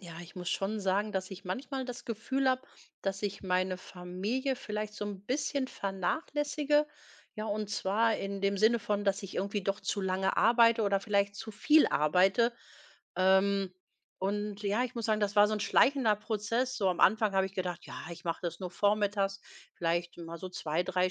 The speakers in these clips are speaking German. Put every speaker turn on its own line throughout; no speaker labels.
Ja, ich muss schon sagen, dass ich manchmal das Gefühl habe, dass ich meine Familie vielleicht so ein bisschen vernachlässige. Ja, und zwar in dem Sinne von, dass ich irgendwie doch zu lange arbeite oder vielleicht zu viel arbeite, ähm, und ja, ich muss sagen, das war so ein schleichender Prozess. So am Anfang habe ich gedacht: „Ja, ich mache das nur vormittags, vielleicht mal so zwei, drei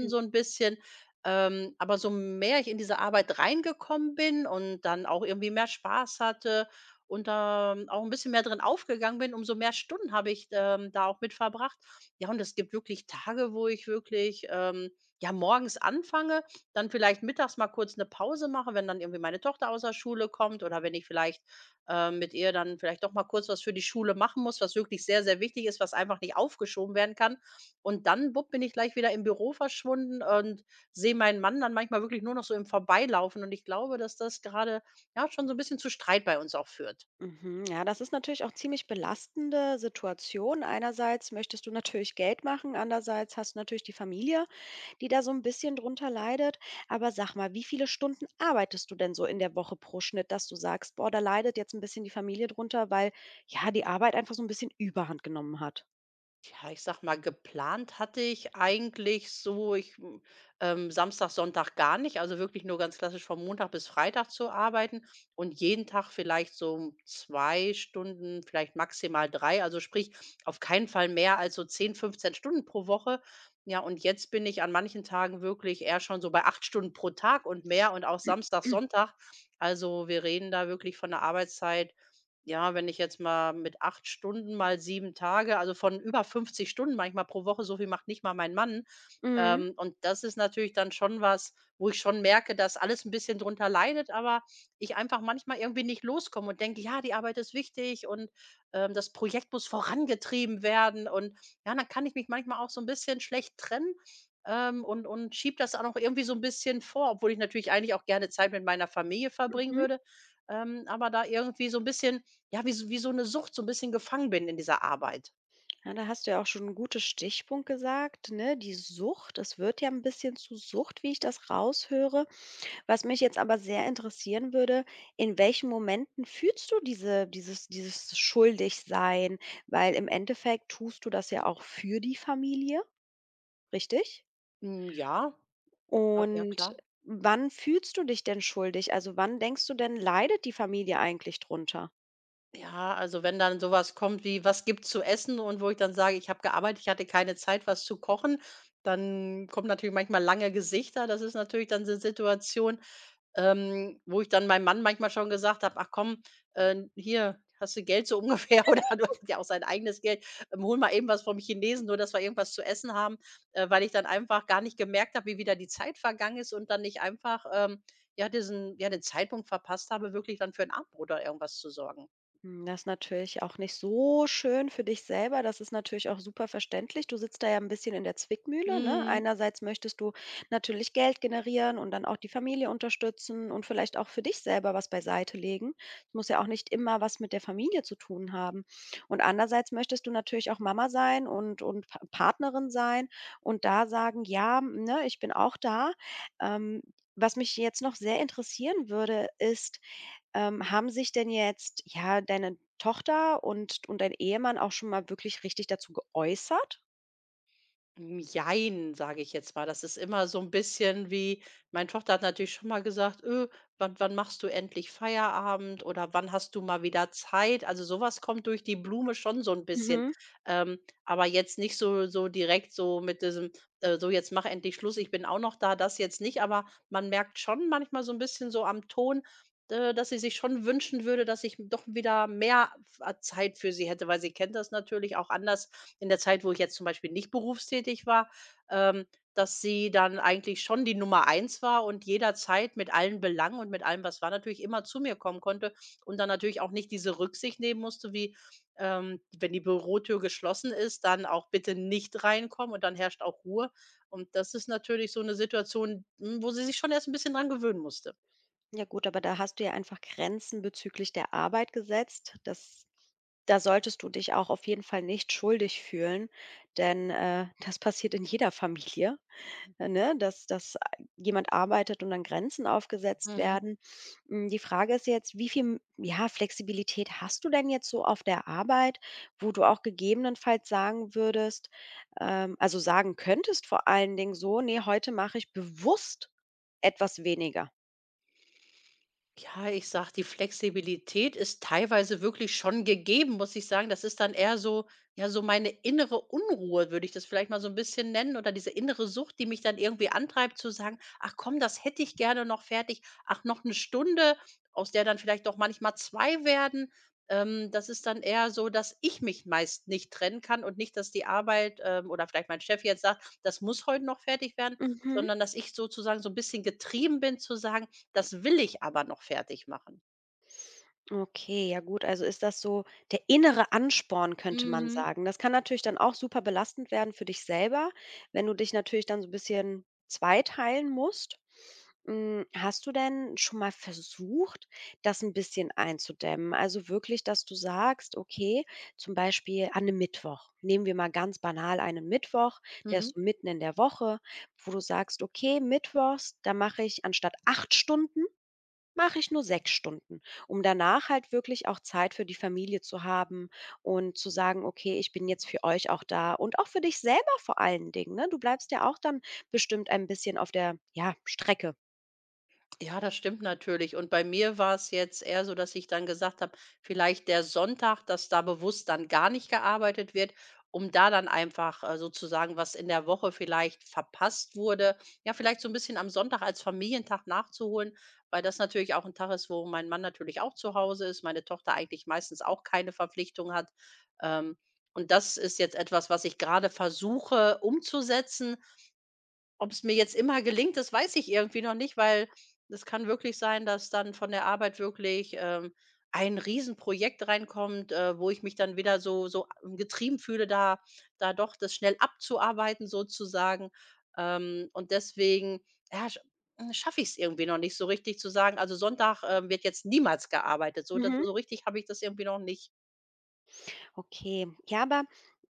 Hm.
so ein bisschen." Aber so mehr ich in diese Arbeit reingekommen bin und dann auch irgendwie mehr Spaß hatte und da auch ein bisschen mehr drin aufgegangen bin, umso mehr Stunden habe ich, da auch mit verbracht. Ja, und es gibt wirklich Tage, wo ich wirklich, ja, morgens anfange, dann vielleicht mittags mal kurz eine Pause mache, wenn dann irgendwie meine Tochter aus der Schule kommt oder wenn ich vielleicht mit ihr dann vielleicht doch mal kurz was für die Schule machen muss, was wirklich sehr, sehr wichtig ist, was einfach nicht aufgeschoben werden kann. Und dann, bupp, bin ich gleich wieder im Büro verschwunden und sehe meinen Mann dann manchmal wirklich nur noch so im Vorbeilaufen. Und ich glaube, dass das gerade ja schon so ein bisschen zu Streit bei uns auch führt.
Mhm. Ja, das ist natürlich auch ziemlich belastende Situation. Einerseits möchtest du natürlich Geld machen, andererseits hast du natürlich die Familie, die da so ein bisschen drunter leidet. Aber sag mal, wie viele Stunden arbeitest du denn so in der Woche pro Schnitt, dass du sagst: „Boah, da leidet jetzt ein bisschen die Familie drunter, weil, ja, die Arbeit einfach so ein bisschen Überhand genommen hat?“
Ja, ich sag mal, geplant hatte ich eigentlich so, Samstag, Sonntag gar nicht, also wirklich nur ganz klassisch von Montag bis Freitag zu arbeiten und jeden Tag vielleicht so um 2 Stunden, vielleicht maximal 3, also sprich auf keinen Fall mehr als so 10, 15 Stunden pro Woche. Ja, und jetzt bin ich an manchen Tagen wirklich eher schon so bei 8 Stunden pro Tag und mehr und auch Samstag, Sonntag. Also wir reden da wirklich von der Arbeitszeit, ja, wenn ich jetzt mal mit 8 Stunden mal 7 Tage, also von über 50 Stunden manchmal pro Woche, so viel macht nicht mal mein Mann.
Mhm,
Und das ist natürlich dann schon was, wo ich schon merke, dass alles ein bisschen drunter leidet, aber ich einfach manchmal irgendwie nicht loskomme und denke: „Ja, die Arbeit ist wichtig und, das Projekt muss vorangetrieben werden." Und ja, dann kann ich mich manchmal auch so ein bisschen schlecht trennen, und schiebe das auch noch irgendwie so ein bisschen vor, obwohl ich natürlich eigentlich auch gerne Zeit mit meiner Familie verbringen
mhm.
würde, aber da irgendwie so ein bisschen ja, wie so eine Sucht so ein bisschen gefangen bin in dieser Arbeit.
Ja, da hast du ja auch schon einen guten Stichpunkt gesagt, ne, die Sucht. Es wird ja ein bisschen zu Sucht, wie ich das raushöre. Was mich jetzt aber sehr interessieren würde, in welchen Momenten fühlst du dieses Schuldigsein? Weil im Endeffekt tust du das ja auch für die Familie, richtig?
Hm, ja, ja, ja
Und
klar.
wann fühlst du dich denn schuldig? Also, wann denkst du denn, leidet die Familie eigentlich drunter?
Ja, also, wenn dann sowas kommt wie: „Was gibt's zu essen?" und wo ich dann sage: „Ich habe gearbeitet, ich hatte keine Zeit, was zu kochen", dann kommen natürlich manchmal lange Gesichter. Das ist natürlich dann so 'ne Situation, wo ich dann meinem Mann manchmal schon gesagt habe: „Ach komm, hier hast du Geld so ungefähr oder du hast ja auch sein eigenes Geld. Hol mal eben was vom Chinesen, nur dass wir irgendwas zu essen haben", weil ich dann einfach gar nicht gemerkt habe, wie wieder die Zeit vergangen ist und dann nicht einfach, ja, den Zeitpunkt verpasst habe, wirklich dann für ein Abendbrot oder irgendwas zu sorgen.
Hm, das ist natürlich auch nicht so schön für dich selber. Das ist natürlich auch super verständlich. Du sitzt da ja ein bisschen in der Zwickmühle. Ne?
Mhm.
Einerseits möchtest du natürlich Geld generieren und dann auch die Familie unterstützen und vielleicht auch für dich selber was beiseite legen. Es muss ja auch nicht immer was mit der Familie zu tun haben. Und andererseits möchtest du natürlich auch Mama sein und Partnerin sein und da sagen, ja, ne, ich bin auch da. Ähm, Was mich jetzt noch sehr interessieren würde, ist, haben sich denn jetzt, ja, deine Tochter und dein Ehemann auch schon mal wirklich richtig dazu geäußert?
Jein, sage ich jetzt mal. Das ist immer so ein bisschen wie meine Tochter hat natürlich schon mal gesagt: „Wann machst du endlich Feierabend?" oder „Wann hast du mal wieder Zeit?" Also, sowas kommt durch die Blume schon so ein bisschen,
Mhm.
ähm, aber jetzt nicht so direkt so mit diesem: „So, jetzt mach endlich Schluss, ich bin auch noch da", das jetzt nicht, aber man merkt schon manchmal so ein bisschen so am Ton, dass sie sich schon wünschen würde, dass ich doch wieder mehr f Zeit für sie hätte, weil sie kennt das natürlich auch anders in der Zeit, wo ich jetzt zum Beispiel nicht berufstätig war, ähm, dass sie dann eigentlich schon die Nummer eins war und jederzeit mit allen Belangen und mit allem, was war, natürlich immer zu mir kommen konnte und dann natürlich auch nicht diese Rücksicht nehmen musste, wie, wenn die Bürotür geschlossen ist, dann auch bitte nicht reinkommen und dann herrscht auch Ruhe. Und das ist natürlich so eine Situation, wo sie sich schon erst ein bisschen dran gewöhnen musste.
Ja gut, aber da hast du ja einfach Grenzen bezüglich der Arbeit gesetzt. Das, da solltest du dich auch auf jeden Fall nicht schuldig fühlen, denn, das passiert in jeder Familie. Äh, ne, dass jemand arbeitet und dann Grenzen aufgesetzt
Mhm.
werden. Hm, die Frage ist jetzt, wie viel, ja, Flexibilität hast du denn jetzt so auf der Arbeit, wo du auch gegebenenfalls sagen würdest, also sagen könntest vor allen Dingen so: „Nee, heute mache ich bewusst etwas weniger?“
Ja, ich sag, die Flexibilität ist teilweise wirklich schon gegeben, muss ich sagen. Das ist dann eher so, ja, so meine innere Unruhe, würde ich das vielleicht mal so ein bisschen nennen oder diese innere Sucht, die mich dann irgendwie antreibt zu sagen: „Ach komm, das hätte ich gerne noch fertig. Ach, noch eine Stunde", aus der dann vielleicht auch manchmal 2 werden. Das ist dann eher so, dass ich mich meist nicht trennen kann und nicht, dass die Arbeit, oder vielleicht mein Chef jetzt sagt: „Das muss heute noch fertig werden",
Mhm.
sondern dass ich sozusagen so ein bisschen getrieben bin zu sagen: Das will ich aber noch fertigmachen.
Okay, ja gut, also ist das so der innere Ansporn, könnte man
Mhm.
sagen. Das kann natürlich dann auch super belastend werden für dich selber, wenn du dich natürlich dann so ein bisschen zweiteilen musst. Hm, hast du denn schon mal versucht, das ein bisschen einzudämmen? Also wirklich, dass du sagst: „Okay, zum Beispiel an einem Mittwoch“, nehmen wir mal ganz banal einen Mittwoch, der
Mhm.
ist so mitten in der Woche, wo du sagst: „Okay, mittwochs, da mache ich anstatt 8 Stunden, mache ich nur 6 Stunden“, um danach halt wirklich auch Zeit für die Familie zu haben und zu sagen: „Okay, ich bin jetzt für euch auch da“, und auch für dich selber vor allen Dingen, ne? Du bleibst ja auch dann bestimmt ein bisschen auf der, ja, Strecke.
Ja, das stimmt natürlich. Und bei mir war es jetzt eher so, dass ich dann gesagt habe, vielleicht der Sonntag, dass da bewusst dann gar nicht gearbeitet wird, um da dann einfach, sozusagen, was in der Woche vielleicht verpasst wurde, ja, vielleicht so ein bisschen am Sonntag als Familientag nachzuholen, weil das natürlich auch ein Tag ist, wo mein Mann natürlich auch zu Hause ist, meine Tochter eigentlich meistens auch keine Verpflichtung hat. Ähm, und das ist jetzt etwas, was ich gerade versuche umzusetzen. Ob es mir jetzt immer gelingt, das weiß ich irgendwie noch nicht, weil es kann wirklich sein, dass dann von der Arbeit wirklich, ein Riesenprojekt reinkommt, wo ich mich dann wieder so getrieben fühle, da doch das schnell abzuarbeiten sozusagen. Und deswegen, ja, schaffe ich es irgendwie noch nicht so richtig zu sagen: „Also, Sonntag, wird jetzt niemals gearbeitet." So da so richtig habe ich das irgendwie noch nicht.
Okay, ja, aber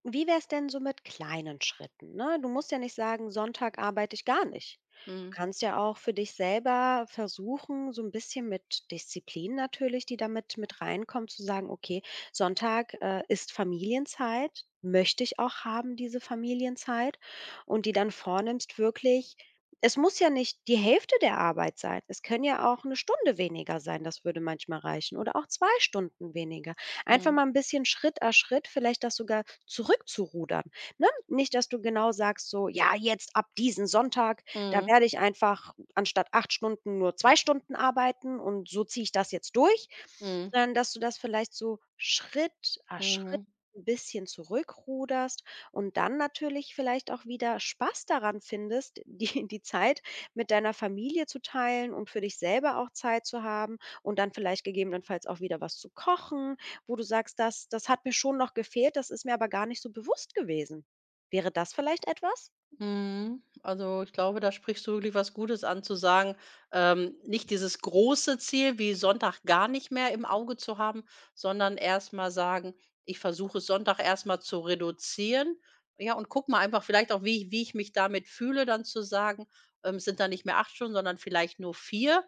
wie wäre es denn so mit kleinen Schritten? Ne? Du musst ja nicht sagen, Sonntag arbeite ich gar nicht. Du
Mhm.
kannst ja auch für dich selber versuchen, so ein bisschen mit Disziplin natürlich, die damit mit reinkommt, zu sagen: „Okay, Sonntag, ist Familienzeit, möchte ich auch haben, diese Familienzeit“, und die dann vornimmst wirklich. Es muss ja nicht die Hälfte der Arbeit sein. Es können ja auch eine Stunde weniger sein. Das würde manchmal reichen. Oder auch zwei Stunden weniger. Einfach
Mhm.
mal ein bisschen Schritt à Schritt vielleicht das sogar zurückzurudern, ne? Nicht, dass du genau sagst so: „Ja, jetzt ab diesen Sonntag, da
Mhm.
werde ich einfach anstatt 8 Stunden nur 2 Stunden arbeiten und so ziehe ich das jetzt durch.“
Mhm.
Sondern, dass du das vielleicht so Schritt à Schritt
Mhm.
ein bisschen zurückruderst und dann natürlich vielleicht auch wieder Spaß daran findest, die Zeit mit deiner Familie zu teilen und für dich selber auch Zeit zu haben und dann vielleicht gegebenenfalls auch wieder was zu kochen, wo du sagst: „Das hat mir schon noch gefehlt, das ist mir aber gar nicht so bewusst gewesen.“ Wäre das vielleicht etwas?
Mhm. Also, ich glaube, da sprichst du wirklich was Gutes an, zu sagen, nicht dieses große Ziel wie Sonntag gar nicht mehr im Auge zu haben, sondern erst mal sagen: „Ich versuche es Sonntag erst mal zu reduzieren." Ja, und guck mal einfach vielleicht auch, wie ich mich damit fühle, dann zu sagen, es sind dann nicht mehr 8 Stunden, sondern vielleicht nur 4.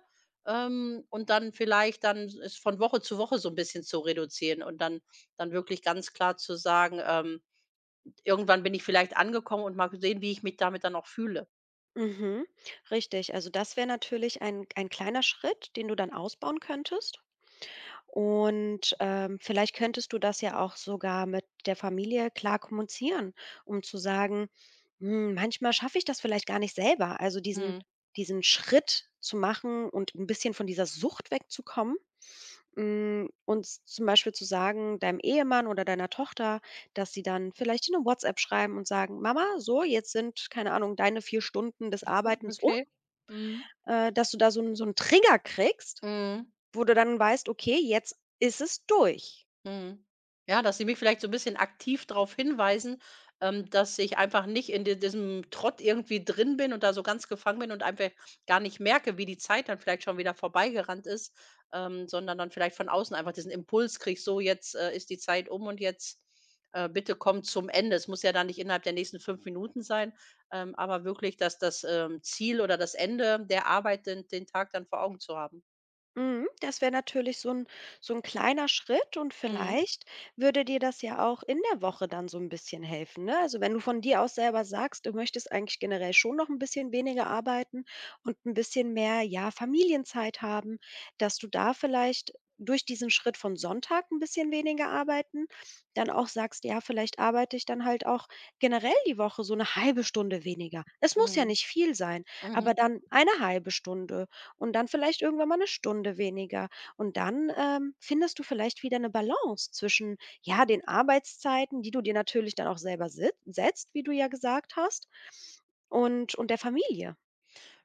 Und dann vielleicht dann es von Woche zu Woche so ein bisschen zu reduzieren und dann wirklich ganz klar zu sagen. Irgendwann bin ich vielleicht angekommen und mal gesehen, wie ich mich damit dann auch fühle.
Mhm, richtig. Also, das wäre natürlich ein kleiner Schritt, den du dann ausbauen könntest. Und, vielleicht könntest du das ja auch sogar mit der Familie klar kommunizieren, um zu sagen: „Hm, manchmal schaffe ich das vielleicht gar nicht selber.“ Also, diesen
Mhm.
diesen Schritt zu machen und ein bisschen von dieser Sucht wegzukommen. Hm, und z zum Beispiel zu sagen deinem Ehemann oder deiner Tochter, dass sie dann vielleicht in 'ne WhatsApp schreiben und sagen: „Mama, so, jetzt sind, keine Ahnung, deine 4 Stunden des Arbeitens um“,
Okay. Mhm.
dass du da so einen Trigger kriegst,
Mhm.
wo du dann weißt: „Okay, jetzt ist es durch.“
Mhm. Ja, dass sie mich vielleicht so ein bisschen aktiv darauf hinweisen, dass ich einfach nicht in di diesem Trott irgendwie drin bin und da so ganz gefangen bin und einfach gar nicht merke, wie die Zeit dann vielleicht schon wieder vorbeigerannt ist, sondern dann vielleicht von außen einfach diesen Impuls kriege: „So, jetzt, ist die Zeit um und jetzt, bitte kommt zum Ende." Es muss ja dann nicht innerhalb der nächsten 5 Minuten sein, aber wirklich, dass das, Ziel oder das Ende der Arbeit den Tag dann vor Augen zu haben.
Mhm, das wäre natürlich so ein kleiner Schritt und
Mhm.
vielleicht würde dir das ja auch in der Woche dann so ein bisschen helfen, ne? Also, wenn du von dir aus selber sagst, du möchtest eigentlich generell schon noch ein bisschen weniger arbeiten und ein bisschen mehr, ja, Familienzeit haben, dass du da vielleicht durch diesen Schritt von Sonntag ein bisschen weniger arbeiten dann auch sagst: „Ja, vielleicht arbeite ich dann halt auch generell die Woche so eine halbe Stunde weniger.“ Es muss ja
Mhm.
nicht viel sein, aber
Mhm.
dann eine halbe Stunde und dann vielleicht irgendwann mal eine Stunde weniger. Und dann, findest du vielleicht wieder eine Balance zwischen, ja, den Arbeitszeiten, die du dir natürlich dann auch selber sit setzt, wie du ja gesagt hast, und der Familie.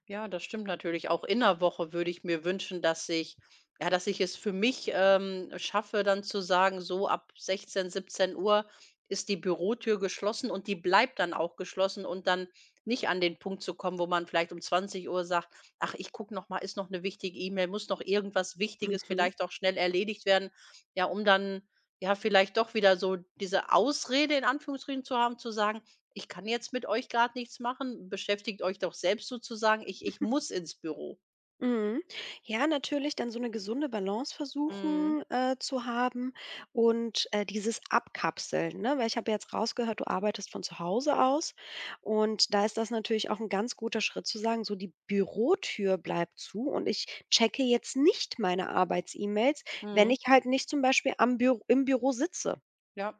Ja, das stimmt natürlich. Auch in 'ner Woche würde ich mir wünschen, dass ich es für mich, schaffe, dann zu sagen, so ab 16, 17 Uhr ist die Bürotür geschlossen und die bleibt dann auch geschlossen und dann nicht an den Punkt zu kommen, wo man vielleicht um 20 Uhr sagt: „Ach, ich gucke noch mal, ist noch eine wichtige E-Mail, muss noch irgendwas Wichtiges
Mhm.
vielleicht auch schnell erledigt werden." Ja, um dann, ja, vielleicht doch wieder so diese Ausrede in Anführungsstrichen zu haben, zu sagen: Ich kann jetzt mit euch gerade nichts machen, beschäftigt euch doch selbst sozusagen. Ich muss ins Büro.
Mhm. Ja, natürlich dann so eine gesunde Balance
Mhm,
versuchen, zu haben und, dieses Abkapseln, ne? Weil ich habe ja jetzt rausgehört, du arbeitest von zu Hause aus und da ist das natürlich auch ein ganz guter Schritt zu sagen, so die Bürotür bleibt zu und ich checke jetzt nicht meine Arbeits-E-Mails, wenn
mhm.
ich halt nicht zum Beispiel am Bür im Büro sitze.
Ja.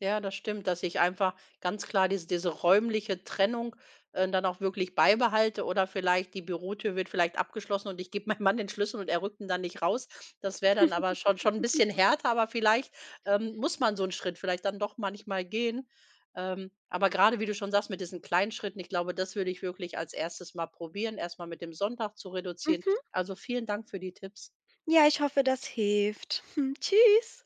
Ja, das stimmt, dass ich einfach ganz klar diese räumliche Trennung, dann auch wirklich beibehalte oder vielleicht die Bürotür wird vielleicht abgeschlossen und ich gebe meinem Mann den Schlüssel und er rückt ihn dann nicht raus. Das wäre dann aber schon ein bisschen härter, aber vielleicht, muss man so einen Schritt vielleicht dann doch manchmal gehen. Aber gerade wie du schon sagst, mit diesen kleinen Schritten, ich glaube, das würde ich wirklich als erstes mal probieren, erstmal mit dem Sonntag zu reduzieren.
Mhm.
Also, vielen Dank für die Tipps.
Ja, ich hoffe, das hilft. Tschüss.